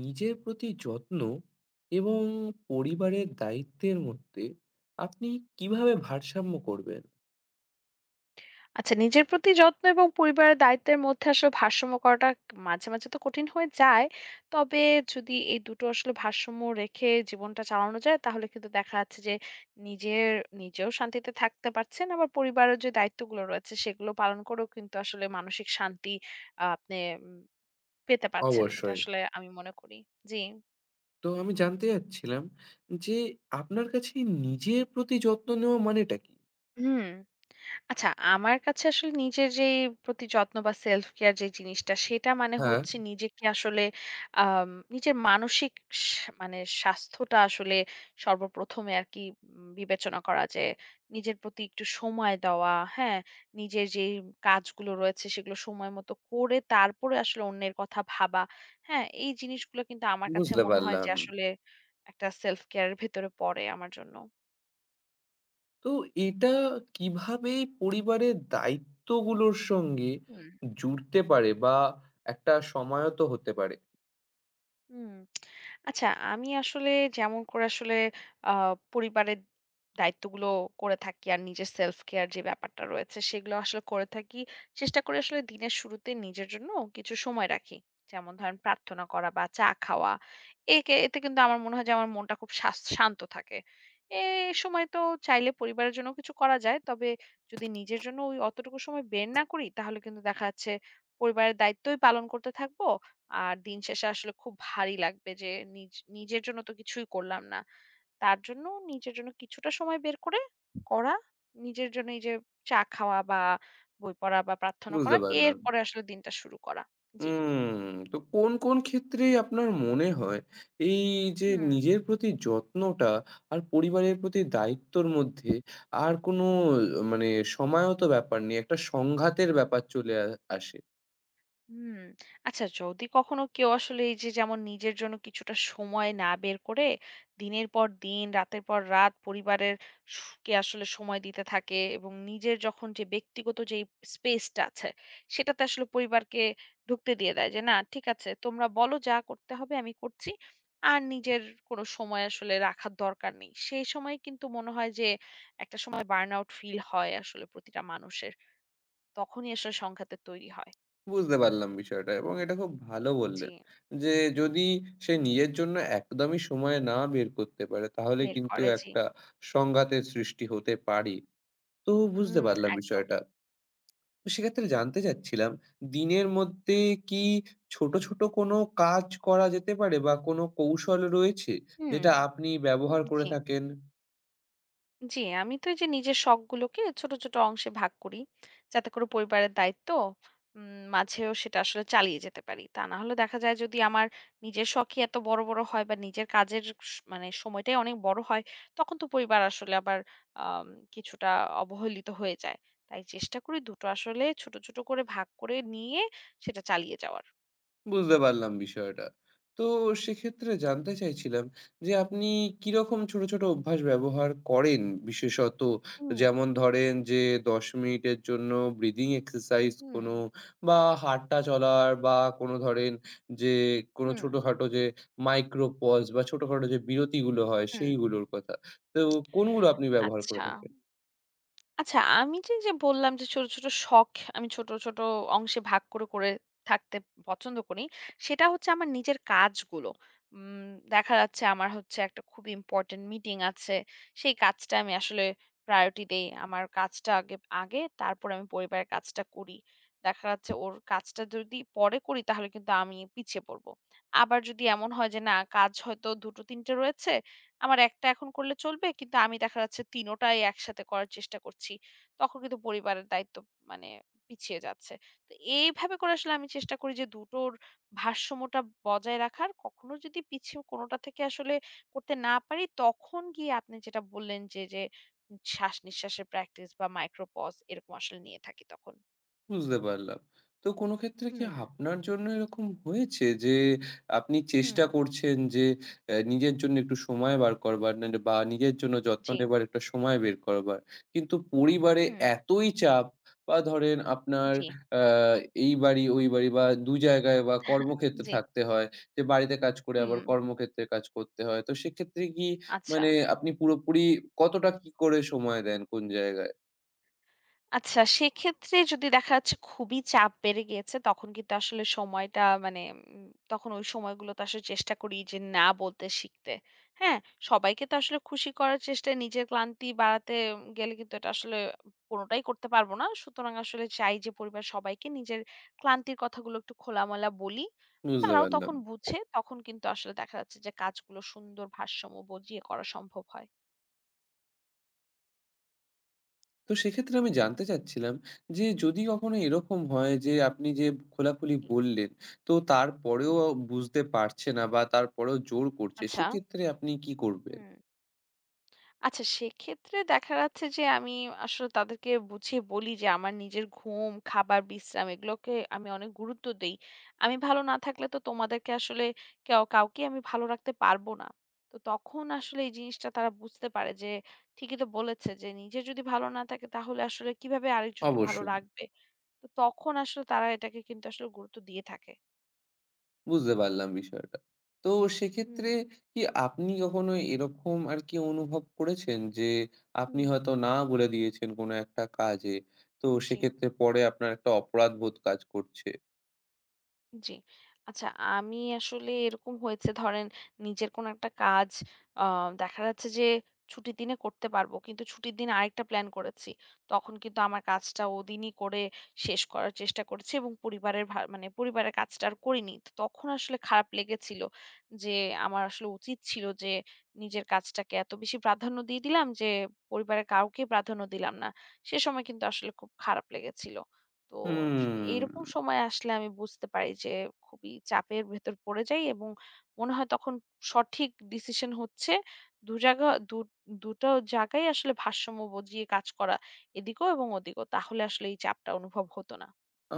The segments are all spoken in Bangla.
নিজের প্রতি যত্ন এবং পরিবারের দায়িত্বের মধ্যে আপনি কিভাবে ভারসাম্য করবেন? আচ্ছা নিজের প্রতি যত্ন এবং পরিবারের দায়িত্বের মধ্যে আসলে ভারসাম্য করাটা মাঝে, মাঝে তো কঠিন হয়ে যায়। তবে যদি এই দুটো আসলে ভারসাম্য রেখে জীবনটা চালানো যায় তাহলে কিন্তু দেখা যাচ্ছে যে নিজের নিজেও শান্তিতে থাকতে পারছেন। আবার পরিবারের যে দায়িত্বগুলো রয়েছে সেগুলো পালন করেও কিন্তু আসলে মানসিক শান্তি আপনি উম পেতে পারছেন। এটা অবশ্যই। আসলে আমি মনে করি। জি। তো আমি জানতে চাচ্ছিলাম যে আপনার কাছে নিজের প্রতি যত্ন নেওয়া মানেটা কি? হুম। আচ্ছা, আমার কাছে আসলে নিজের যেই প্রতি যত্ন বা self care যে জিনিসটা সেটা মানে হ্যাঁ, হচ্ছে নিজেকে আসলে আম নিজের মানসিক সা মানে স্বাস্থ্যটা আসলে সর্বপ্রথমে আরকি বিবেচনা করা যে নিজের প্রতি একটু সময় দেওয়া, হ্যাঁ? নিজের যেই কাজগুলো রয়েছে সেগুলো সময় মতো করে তারপরে আসলে অন্যের কথা ভাবা, হ্যাঁ? এই জিনিসগুলো কিন্তু আমার কাছে বুঝতে মনে হয় যে পারলাম। আসলে একটা self care এর ভেতরে পড়ে আমার জন্য। তো এটা কিভাবে পরিবারের দায়িত্বগুলোর সঙ্গে হুম। জুড়তে পারে বা একটা সমায়ত হতে পারে? হুম। আচ্ছা, আমি আসলে যেমন করে আসলে আ পরিবারের দায়িত্বগুলো করে থাকি আর নিজের সেলফ কেয়ার যে ব্যাপারটা রয়েছে সেগুলো আসলে করে থাকি। চেষ্টা করি আসলে দিনের শুরুতে নিজের জন্য কিছু সময় রাখি। যেমন ধরেন প্রার্থনা করা বা চা খাওয়া। একে এতে কিন্তু আমার মনে হয় যে আমার মনটা খুব শান্ত থাকে। এ সময় তো চাইলে পরিবারের জন্য কিছু করা যায়। তবে যদি নিজের জন্য ওই অতটুকু সময় বের না করি তাহলে কিন্তু দেখা যাচ্ছে পরিবারের দায়িত্বই পালন করতে থাকবো। আর দিন শেষে আসলে খুব ভারী লাগবে যে নিজ নিজের জন্য তো কিছুই করলাম না। তার জন্য নিজের জন্য কিছুটা সময় বের করে করা, নিজের জন্য এই যে চা খাওয়া বা বই পড়া বা প্রার্থনা বুঝতে করা, পারলাম। এরপরে আসলে দিনটা শুরু করা। জি। তো কোন, কোন ক্ষেত্রেই আপনার মনে হয় এই যে হুম। নিজের প্রতি যত্নটা আর পরিবারের প্রতি দায়িত্বর মধ্যে আর কোনো মানে সমায়ত ব্যাপার নেই, একটা সংঘাতের ব্যাপার চলে আসে? হুম, আচ্ছা, যদি কখনো কেউ আসলে এই যে যেমন নিজের জন্য কিছুটা সময় না বের করে দিনের পর দিন রাতের পর রাত পরিবারের কে আসলে সময় দিতে থাকে এবং নিজের যখন যে ব্যক্তিগত যে স্পেসটা আছে সেটাতে আসলে পরিবারকে ঢুকতে দিয়ে দেয় যে না ঠিক আছে তোমরা বলো যা করতে হবে আমি করছি আর নিজের কোনো সময় আসলে রাখার দরকার নেই, সেই সময় কিন্তু মনে হয় যে একটা সময় বার্ন আউট ফিল হয় আসলে প্রতিটা মানুষের, তখনই আসলে সংঘাতের তৈরি হয়। বুঝতে পারলাম বিষয়টা এবং এটা খুব ভালো জি। বললেন যে যদি সে হুম। নিজের জন্য একদমই সময় না বের করতে পারে তাহলে বের কিন্তু করে, জি। একটা সংঘাতের সৃষ্টি হতে পারে। তো বুঝতে হুম, পারলাম একদম। বিষয়টা। তো সেক্ষেত্রে জানতে চাচ্ছিলাম, দিনের মধ্যে হুম, কি ছোট, ছোট কোনো কাজ করা যেতে পারে বা কোনো কৌশল রয়েছে হুম, যেটা আপনি ব্যবহার করে জি। থাকেন? জি। আমি তো এই যে নিজের শখগুলোকে ছোট, ছোট অংশে ভাগ করি। যাতে করে পরিবারের দায়িত্ব মাঝেও সেটা আসলে চালিয়ে যেতে পারি। তা না হলে দেখা যায় যদি আমার নিজের শখই এত বড়, বড় হয় বা নিজের কাজের স মানে সময়টাই অনেক বড় হয়, তখন তো পরিবার আসলে আবার আম কিছুটা অবহেলিত হয়ে যায়। তাই চেষ্টা করি দুটো আসলে ছোট, ছোট করে ভাগ করে নিয়ে সেটা চালিয়ে যাওয়ার। বুঝতে পারলাম বিষয়টা। তো সেক্ষেত্রে জানতে চাইছিলাম যে আপনি কিরকম ছোট, ছোট অভ্যাস ব্যবহার করেন বিশেষত? হুম, যেমন ধরেন যে ১০ মিনিটের জন্য ব্রিদিং এক্সারসাইজ হুম, কোনো বা হাঁটা চলার বা কোনো ধরেন যে কোনো হুম, ছোটখাটো যে মাইক্রো পজ বা ছোটখাটো যে বিরতিগুলো হয় হুম, সেইগুলোর কথা। তো কোনগুলো আপনি ব্যবহার করে আচ্ছা। থাকেন? আচ্ছা, বললাম যে, ছোট, ছোট, শখ আমি ছোট, ছোট, অংশে ভাগ করে, থাকতে পছন্দ করি। সেটা হচ্ছে আমার নিজের কাজগুলো। উম দেখা যাচ্ছে আমার হচ্ছে একটা খুব ইম্পোর্টেন্ট মিটিং আছে। সেই কাজটা আমি আসলে প্রায়োরিটি দেই। আমার কাজটা আগে, তারপর আমি পরিবারের কাজটা করি। দেখা যাচ্ছে ওর কাজটা যদি পরে করি তাহলে কিন্তু আমি পিছিয়ে পড়ব। আবার যদি এমন হয় যে, না কাজ হয়তো ২ টো ৩ টে রয়েছে, আমার একটা এখন করলে চলবে। কিন্তু আমি দেখা যাচ্ছে ৩ টাই একসাথে করার চেষ্টা করছি। তখন কিন্তু পরিবারের দায়িত্ব মানে পিছিয়ে যাচ্ছে। তো এইভাবে করে আসলে আমি চেষ্টা করি যে ২ টোর ভারসাম্যটা বজায় রাখার। কখনো যদি পিছু কোনোটা থেকে আসলে করতে না পারি, তখন গিয়ে আপনি যেটা বললেন যে শ্বাস-নিঃশ্বাসের প্র্যাকটিস বা মাইক্রো পজ এরকম আসলে নিয়ে থাকি তখন। বুঝতে পারলাম। তো কোনো ক্ষেত্রে কি হুম, আপনার জন্য এরকম হয়েছে যে আপনি হুম, চেষ্টা করছেন যে নিজের জন্য একটু সময় বার করবার না বা নিজের জন্য যত্ন জি, নেবার একটা সময় বের করবার। কিন্তু পরিবারে হুম, এতই চাপ বা ধরেন আপনার জি, আ এই বাড়ি, ওই বাড়ি বা ২ জায়গায় বা কর্মক্ষেত্রে জি, থাকতে হয়। যে বাড়িতে কাজ করে আবার হুম, কর্মক্ষেত্রে কাজ করতে হয়। তো সেক্ষেত্রে কি আচ্ছা। মানে আপনি পুরোপুরি কতটা কি করে সময় দেন কোন জায়গায়? আচ্ছা, সেক্ষেত্রে যদি দেখা যাচ্ছে খুবই চাপ বেড়ে গিয়েছে, তখন কিন্তু আসলে সময়টা মানে তখন ওই সময়গুলোতে আসলে চেষ্টা করি যে না বলতে শিখতে। হ্যাঁ? সবাইকে তো আসলে খুশি করার চেষ্টায় নিজের ক্লান্তি বাড়াতে গেলে কিন্তু এটা আসলে কোনটাই করতে পারব না। সুতরাং আসলে চাই যে পরিবারের সবাইকে নিজের ক্লান্তির কথাগুলো একটু খোলামেলা বলি। বুঝতে তারাও পারলাম। তখন বুঝে, তখন কিন্তু আসলে দেখা যাচ্ছে যে কাজগুলো সুন্দর ভারসাম্য বজিয়ে করা সম্ভব হয়। তো সেক্ষেত্রে আমি জানতে চাচ্ছিলাম যে যদি কখনো এরকম হয় যে আপনি যে খোলাখুলি বললেন, তো তারপরেও হুম। বুঝতে পারছে না বা তারপরেও জোর করছে, আচ্ছা। সেক্ষেত্রে আপনি কি করবেন? হুম। আচ্ছা, সেক্ষেত্রে দেখা যাচ্ছে যে আমি আসলে তাদেরকে বুঝিয়ে বলি যে আমার নিজের ঘুম, খাবার, বিশ্রাম এগুলোকে আমি অনেক গুরুত্ব দেই। আমি ভালো না থাকলে তো তোমাদেরকে আসলে কেউ কাউকেই আমি ভালো রাখতে পারব না। তো তখন আসলে এই জিনিসটা তারা বুঝতে পারে যে ঠিকই তো বলেছে যে নিজে যদি ভালো না থাকে তাহলে আসলে কিভাবে আরেকজনকে ভালো অবশ্যই। রাখবে? তো তখন আসলে তারা এটাকে কিন্তু আসলে গুরুত্ব দিয়ে থাকে। বুঝতে পারলাম বিষয়টা। তো সেক্ষেত্রে হুম, কি আপনি কখনো এরকম আরকি অনুভব করেছেন যে আপনি হুম। হয়তো না বলে দিয়েছেন কোনো একটা কাজে। তো জি। সেক্ষেত্রে পরে আপনার একটা অপরাধবোধ কাজ করছে? জি। আচ্ছা, আমি আসলে এরকম হয়েছে ধরেন নিজের কোনো একটা কাজ আ দেখা যাচ্ছে যে ছুটির দিনে করতে পারবো। কিন্তু ছুটির দিন আরেকটা প্ল্যান করেছি। তখন কিন্তু আমার কাজটা ওদিনই করে শেষ করার চেষ্টা করেছি এবং পরিবারের ভা মানে পরিবারের কাজটা আর করিনি। তো তখন আসলে খারাপ লেগেছিল যে আমার আসলে উচিত ছিল যে নিজের কাজটাকে এত বেশি প্রাধান্য দিয়ে দিলাম যে পরিবারের কাউকে প্রাধান্য দিলাম না। সে সময় কিন্তু আসলে খুব খারাপ লেগেছিল। তো স এরকম হুম। সময় আসলে আমি বুঝতে পারি যে খুবই চাপের ভেতর পড়ে যাই এবং মনে হয় তখন সঠিক ডিসিশন হচ্ছে ২ জায়গা দু ২ টো জায়গায় আসলে ভারসাম্য বজিয়ে কাজ করা এদিকেও এবং ওদিকেও। তাহলে আসলে এই চাপটা অনুভব হতো না। আ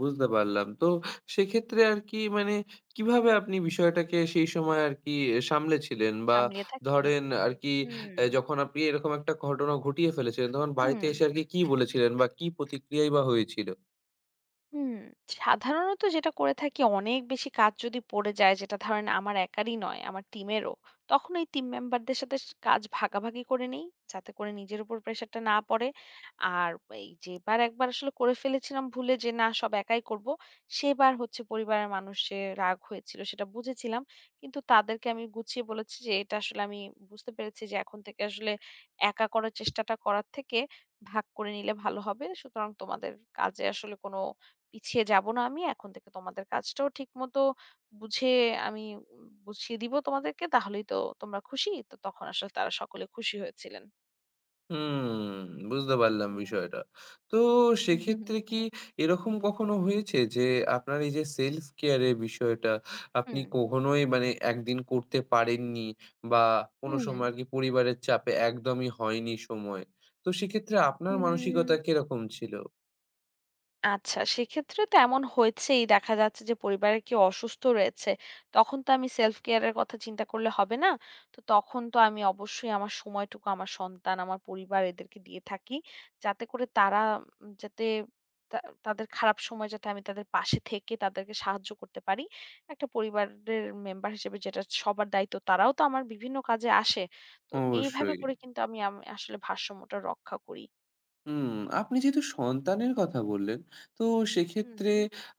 বুঝতে পারলাম। তো সেক্ষেত্রে আরকি মানে কিভাবে আপনি বিষয়টাকে সেই সময় আরকি সামলেছিলেন? বা সামলিয়ে থাকি। ধরেন আরকি হুম, যখন আপনি এরকম একটা ঘটনা ঘটিয়ে ফেলেছিলেন, তখন হুম। বাড়িতে এসে আরকি কি কি বলেছিলেন বা কি প্রতিক্রিয়াই বা হয়েছিল? হুম, সাধারণত যেটা করে থাকি অনেক বেশি কাজ যদি পড়ে যায় যেটা ধরেন আমার একারই নয় আমার টিমেরও, তখন ওই টিম মেম্বারদের সাথে কাজ ভাগাভাগি করে নিই যাতে করে নিজের উপর প্রেশারটা না পড়ে। আর এই যেবার একবার আসলে করে ফেলেছিলাম ভুলে যে না সব একাই করব, সেবার হচ্ছে পরিবারের মানুষের রাগ হয়েছিল সেটা বুঝেছিলাম। কিন্তু তাদেরকে আমি গুছিয়ে বলেছি যে এটা আসলে আমি বুঝতে পেরেছি যে এখন থেকে আসলে একা করার চেষ্টাটা করার থেকে ভাগ করে নিলে ভালো হবে, সুতরাং তোমাদের কাজে আসলে কোনো পিছিয়ে যাব না আমি। এখন থেকে তোমাদের কাজটাও ঠিকমতো বুঝে আমি বুঝিয়ে দিব তোমাদেরকে। তাহলেই তো তোমরা খুশি। তো তখন আসলে তারা সকলে খুশি হয়েছিলেন। হুম, বুঝতে পারলাম হুম। বিষয়টা। তো হুম, হুম, হুম। সেক্ষেত্রে কি জি। এরকম কখনো হয়েছে যে আপনার এই যে self care এর বিষয়টা আপনি হুম, কখনোই মানে একদিন করতে পারেননি বা কোনো হুম। সময় আরকি পরিবারের চাপে একদমই হয়নি সময়। তো সেক্ষেত্রে আপনার মানসিকতা উম কিরকম ছিল? আচ্ছা, সেক্ষেত্রে তো এমন হয়েছেই। দেখা যাচ্ছে যে পরিবারে কেউ অসুস্থ রয়েছে। তখন তো আমি self care এর কথা চিন্তা করলে হবে না। তো তখন তো আমি অবশ্যই আমার সময়টুকু আমার সন্তান, আমার পরিবার এদেরকে দিয়ে থাকি। যাতে করে তারা যাতে তা তাদের খারাপ সময় যাতে আমি তাদের পাশে থেকে তাদেরকে সাহায্য করতে পারি। একটা পরিবারের মেম্বার হিসেবে যেটা সবার দায়িত্ব, তারাও তো আমার বিভিন্ন কাজে আসে। তো এইভাবে অবশ্যই। করে কিন্তু আমি আসলে ভারসাম্যটা রক্ষা করি। হুম, আপনি যেহেতু সন্তানের কথা বললেন, তো সেক্ষেত্রে হুম,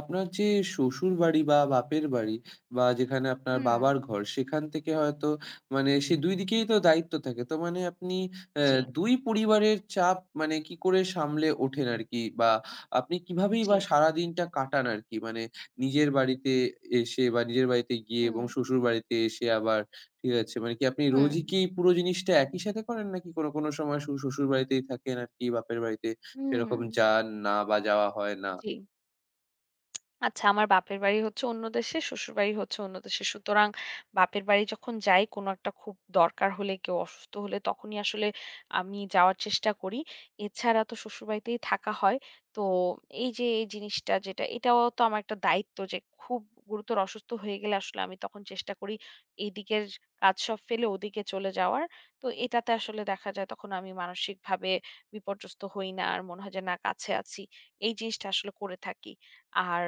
আপনার যে শ্বশুরবাড়ি বা বাপের বাড়ি বা যেখানে আপনার হুম। বাবার ঘর, সেখান থেকে হয়তো মানে সে ২ দিকেই তো দায়িত্ব থাকে। তো মানে আপনি অ্যা জি, ২ পরিবারের চাপ মানে কি করে সামলে ওঠেন আরকি? বা আপনি কিভাবেই জি। বা সারাদিনটা কাটান আরকি? মানে নিজের বাড়িতে এসে বা নিজের বাড়িতে গিয়ে এবং হুম, শ্বশুরবাড়িতে এসে আবার ঠিক আছে। মানে কি আপনি হুম, রোজই কি পুরো জিনিসটা একই সাথে করেন? নাকি কোনো, কোনো সময় শুধু শ্বশুর বাড়িতেই থাকেন আরকি, বাপের বাড়িতে হুম, সেরকম যান না বা যাওয়া হয় না? জি। আচ্ছা, আমার বাপের বাড়ি হচ্ছে অন্য দেশে, শ্বশুরবাড়ি হচ্ছে অন্য দেশে। সুতরাং বাপের বাড়ি যখন যাই কোন একটা খুব দরকার হলে, কেউ অসুস্থ হলে তখনই আসলে আমি যাওয়ার চেষ্টা করি। এছাড়া তো শ্বশুরবাড়িতেই থাকা হয়। তো এই যে এই জিনিসটা যেটা এটাও তো আমার একটা দায়িত্ব যে খুব গুরুতর অসুস্থ হয়ে গেলে আসলে আমি তখন চেষ্টা করি এইদিকের কাজ সব ফেলে ওদিকে চলে যাওয়ার। তো এটাতে আসলে দেখা যায় তখন আমি মানসিকভাবে বিপর্যস্ত হই না। আর মনে হয় যে না কাছে আছি। এই জিনিসটা আসলে করে থাকি। আর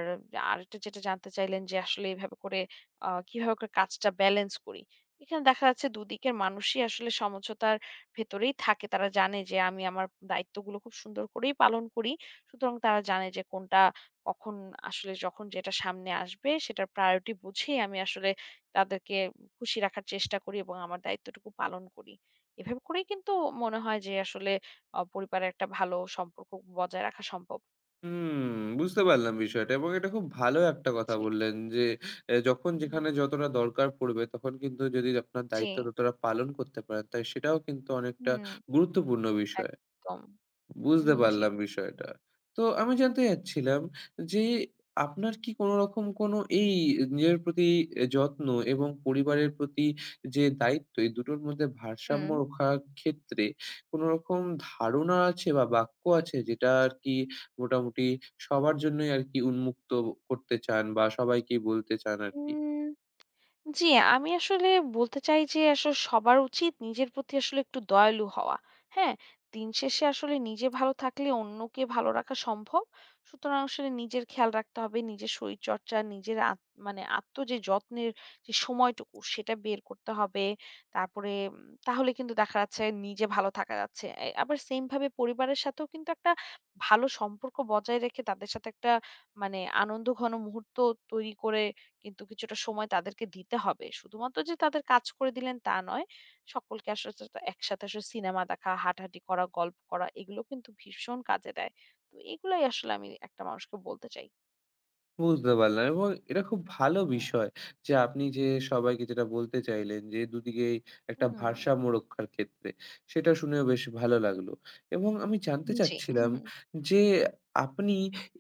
আরেকটা যেটা জানতে চাইলেন যে আসলে এভাবে করে কিভাবে করে কাজটা ব্যালেন্স করি। এখানে দেখা যাচ্ছে দুদিকের মানুষই আসলে সমঝোতার ভেতরেই থাকে। তারা জানে যে আমি আমার দায়িত্বগুলো খুব সুন্দর করেই পালন করি। সুতরাং তারা জানে যে কোনটা কখন আসলে যখন যেটা সামনে আসবে সেটার প্রায়োরিটি বুঝেই আমি আসলে তাদেরকে খুশি রাখার চেষ্টা করি এবং আমার দায়িত্বটুকু পালন করি। এভাবে করেই কিন্তু মনে হয় যে আসলে পরিবারের একটা ভালো সম্পর্ক বজায় রাখা সম্ভব। হুম, বুঝতে পারলাম বিষয়টা এবং এটা খুব ভালো একটা কথা জি। বললেন যে যখন উম যেখানে যতটা দরকার পড়বে তখন কিন্তু যদি আপনার জি। দায়িত্ব ততটা পালন করতে পারেন, তাই সেটাও কিন্তু অনেকটা হুম, গুরুত্বপূর্ণ বিষয়। একদম। হুম, বুঝতে হুম, জি। পারলাম বিষয়টা। তো আমি জানতে চাচ্ছিলাম যে আপনার কি কোনো রকম কোনো এই নিজের প্রতি যত্ন এবং পরিবারের প্রতি যে দায়িত্ব, এই দুটোর মধ্যে ভারসাম্য হুম। রক্ষার ক্ষেত্রে কোনো রকম ধারণা আছে বা বাক্য আছে যেটা আরকি মোটামুটি সবার জন্যই আরকি উন্মুক্ত করতে চান বা সবাইকেই বলতে চান আরকি? উম, জি, আমি আসলে বলতে চাই যে আসলে সবার উচিত নিজের প্রতি আসলে একটু দয়ালু হওয়া। হ্যাঁ? দিন শেষে আসলে নিজে ভালো থাকলে অন্যকে ভালো রাখা সম্ভব। সুতরাং আসলে নিজের খেয়াল রাখতে হবে, নিজের শরীরচর্চা, নিজের আত মানে আত্ম যে যত্নের যে সময়টুকু সেটা বের করতে হবে। তারপরে তাহলে কিন্তু দেখা যাচ্ছে নিজে ভালো থাকা যাচ্ছে। এ আবার সেইম ভাবে পরিবারের সাথেও কিন্তু একটা ভালো সম্পর্ক বজায় রেখে তাদের সাথে একটা মানে আনন্দঘন মুহূর্ত তৈরি করে কিন্তু কিছুটা সময় তাদেরকে দিতে হবে। শুধুমাত্র যে তাদের কাজ করে দিলেন তা নয়। সকলকে আসলে তো তো একসাথে আসলে সিনেমা দেখা, হাঁটাহাঁটি করা, গল্প করা এগুলো কিন্তু ভীষণ কাজে দেয়। তো এগুলাই আসলে আমি একটা মানুষকে বলতে চাই। বুঝতে পারলাম এবং এটা খুব ভালো হুম। বিষয় যে আপনি যে সবাইকে যেটা বলতে চাইলেন যে দুদিকেই একটা হুম, ভারসাম্য রক্ষার ক্ষেত্রে, সেটা শুনেও বেশ ভালো লাগলো এবং আমি জানতে জি। চাচ্ছিলাম যে আপনি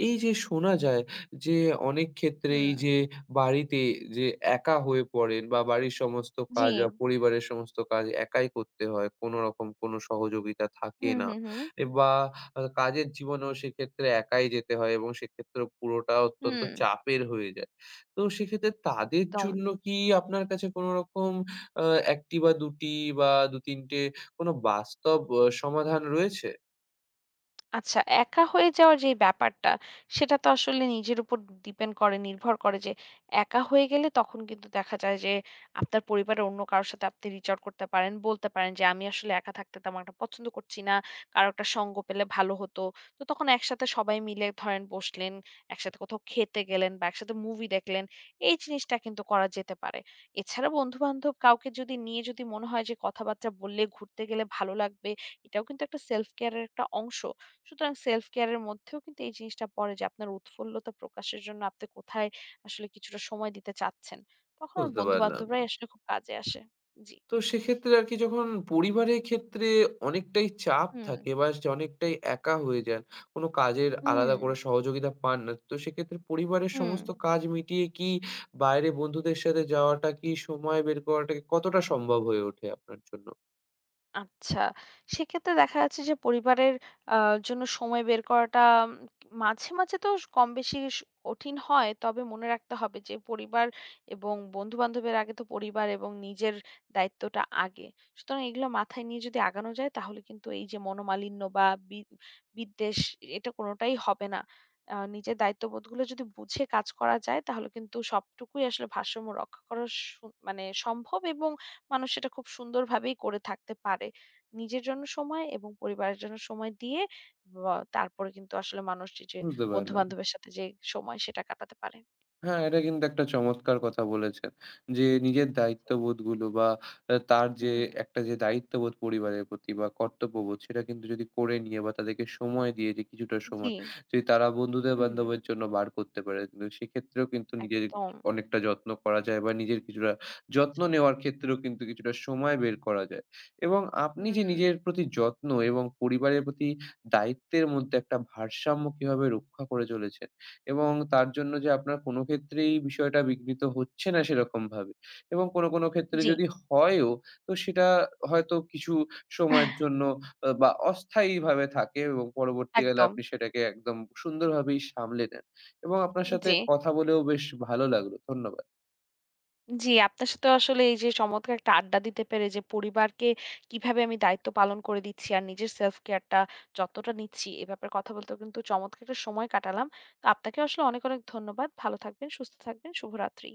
এই যে শোনা যায় যে অনেক ক্ষেত্রেই হুম, যে বাড়িতে যে একা হয়ে পড়েন বা বাড়ির সমস্ত জি। কাজ বা পরিবারের সমস্ত কাজ একাই করতে হয়, কোনো রকম কোনো সহযোগিতা থাকে হুম, না হুম, হুম। বা কাজের জীবনেও সেক্ষেত্রে একাই যেতে হয় এবং সেক্ষেত্রে পুরোটা অত্যন্ত হুম, চাপের হয়ে যায়। তো সেক্ষেত্রে তাদের একদম। জন্য কি আপনার কাছে কোনো রকম আ ১ টি বা ২ টি বা ২-৩ টে কোনো বাস্তব সমাধান রয়েছে? আচ্ছা, একা হয়ে যাওয়ার যে ব্যাপারটা সেটা তো আসলে নিজের উপর ডিপেন্ড করে নির্ভর করে যে একা হয়ে গেলে তখন কিন্তু দেখা যায় যে আপনার পরিবারের অন্য কারোর সাথে আপনি রিচ আউট করতে পারেন, বলতে পারেন যে আমি আসলে একা থাকতে তেমন একটা পছন্দ করছি না, কারো একটা সঙ্গ পেলে ভালো হতো। তো তখন একসাথে সবাই মিলে ধরেন বসলেন, একসাথে কোথাও খেতে গেলেন বা একসাথে মুভি দেখলেন, এই জিনিসটা কিন্তু করা যেতে পারে। এছাড়া বন্ধু বান্ধব কাউকে যদি নিয়ে যদি মনে হয় যে কথাবার্তা বললে ঘুরতে গেলে ভালো লাগবে, এটাও কিন্তু একটা সেলফ কেয়ারের একটা অংশ। সুতরাং সেলফ কেয়ার এর মধ্যেও কিন্তু এই জিনিসটা পড়ে যে আপনার উৎফুল্লতা প্রকাশের জন্য আপনি কোথায় আসলে কিছুটা সময় দিতে চাচ্ছেন। তখন বুঝতে পারলাম। বন্ধু-বান্ধবরাই আসলে খুব কাজে আসে। জি। তো সেক্ষেত্রে আরকি যখন পরিবারের ক্ষেত্রে অনেকটাই চাপ হুম, থাকে বা অনেকটাই একা হয়ে যান, কোনো কাজের হুম, আলাদা করে সহযোগিতা পান না। তো সেক্ষেত্রে পরিবারের হুম। সমস্ত কাজ মিটিয়ে কি বাইরে বন্ধুদের সাথে যাওয়াটা, কি সময় বের করাটা কতটা সম্ভব হয়ে ওঠে আপনার জন্য? আচ্ছা। সেক্ষেত্রে দেখা যাচ্ছে যে পরিবারের আ জন্য সময় বের করাটা মাঝে, মাঝে তো কমবেশি কঠিন হয়। তবে মনে রাখতে হবে যে পরিবার এবং বন্ধু-বান্ধবের আগে তো পরিবার এবং নিজের দায়িত্বটা আগে। সুতরাং এগুলো মাথায় নিয়ে যদি আগানো যায় তাহলে কিন্তু এই যে মনোমালিন্য বা বিদ্বেষ এটা কোনটাই হবে না। নিজের দায়িত্ববোধগুলো যদি বুঝে কাজ করা যায় তাহলে কিন্তু সবটুকুই আসলে ভারসাম্য রক্ষা করা সু মানে সম্ভব এবং মানুষ সেটা খুব সুন্দরভাবেই করে থাকতে পারে। নিজের জন্য সময় এবং পরিবারের জন্য সময় দিয়ে ব তারপরে কিন্তু আসলে মানুষ যে, যে বুঝতে পারলাম। বন্ধু-বান্ধবের সাথে যে সময় সেটা কাটাতে পারে। হ্যাঁ, এটা কিন্তু একটা চমৎকার কথা বলেছেন। যে নিজের দায়িত্ববোধগুলো বা তার যে হুম, একটা যে দায়িত্ববোধ পরিবারের প্রতি বা কর্তব্যবোধ, সেটা কিন্তু যদি করে নিয়ে বা তাদেরকে সময় দিয়ে যে কিছুটা জি, সময় যদি তারা হুম, বন্ধুদের-বান্ধবের জন্য বার করতে পারে, কিন্তু সেক্ষেত্রেও কিন্তু নিজের একদম, অনেকটা যত্ন করা যায় বা নিজের কিছুটা যত্ন জি, নেওয়ার ক্ষেত্রেও কিন্তু কিছুটা সময় বের করা যায়। এবং আপনি যে হুম, নিজের প্রতি যত্ন এবং পরিবারের প্রতি দায়িত্বের মধ্যে একটা ভারসাম্য কিভাবে রক্ষা করে চলেছেন এবং তার জন্য যে আপনার কোনো ক্ষেত্রেই বিষয়টা বিঘ্নিত হচ্ছে না সেরকমভাবে, এবং কোনো, কোনো ক্ষেত্রে জি, যদি হয়ও তো সেটা হয়তো কিছু সময়ের জন্য বা অস্থায়ীভাবে থাকে এবং পরবর্তীকালে একদম, আপনি সেটাকে একদম সুন্দরভাবেই সামলে নেন এবং আপনার সাথে জি। কথা বলেও বেশ ভালো লাগলো। ধন্যবাদ। জি, আপনার সাথে আসলে এই যে চমৎকার একটা আড্ডা দিতে পেরে যে পরিবারকে কিভাবে আমি দায়িত্ব পালন করে দিচ্ছি আর নিজের সেলফ কেয়ারটা যতটা নিচ্ছি এ ব্যাপারে কথা বলতেও কিন্তু চমৎকার একটা সময় কাটালাম। তো আপনাকে আসলে অনেক, অনেক ধন্যবাদ। ভালো থাকবেন, সুস্থ থাকবেন। শুভরাত্রি।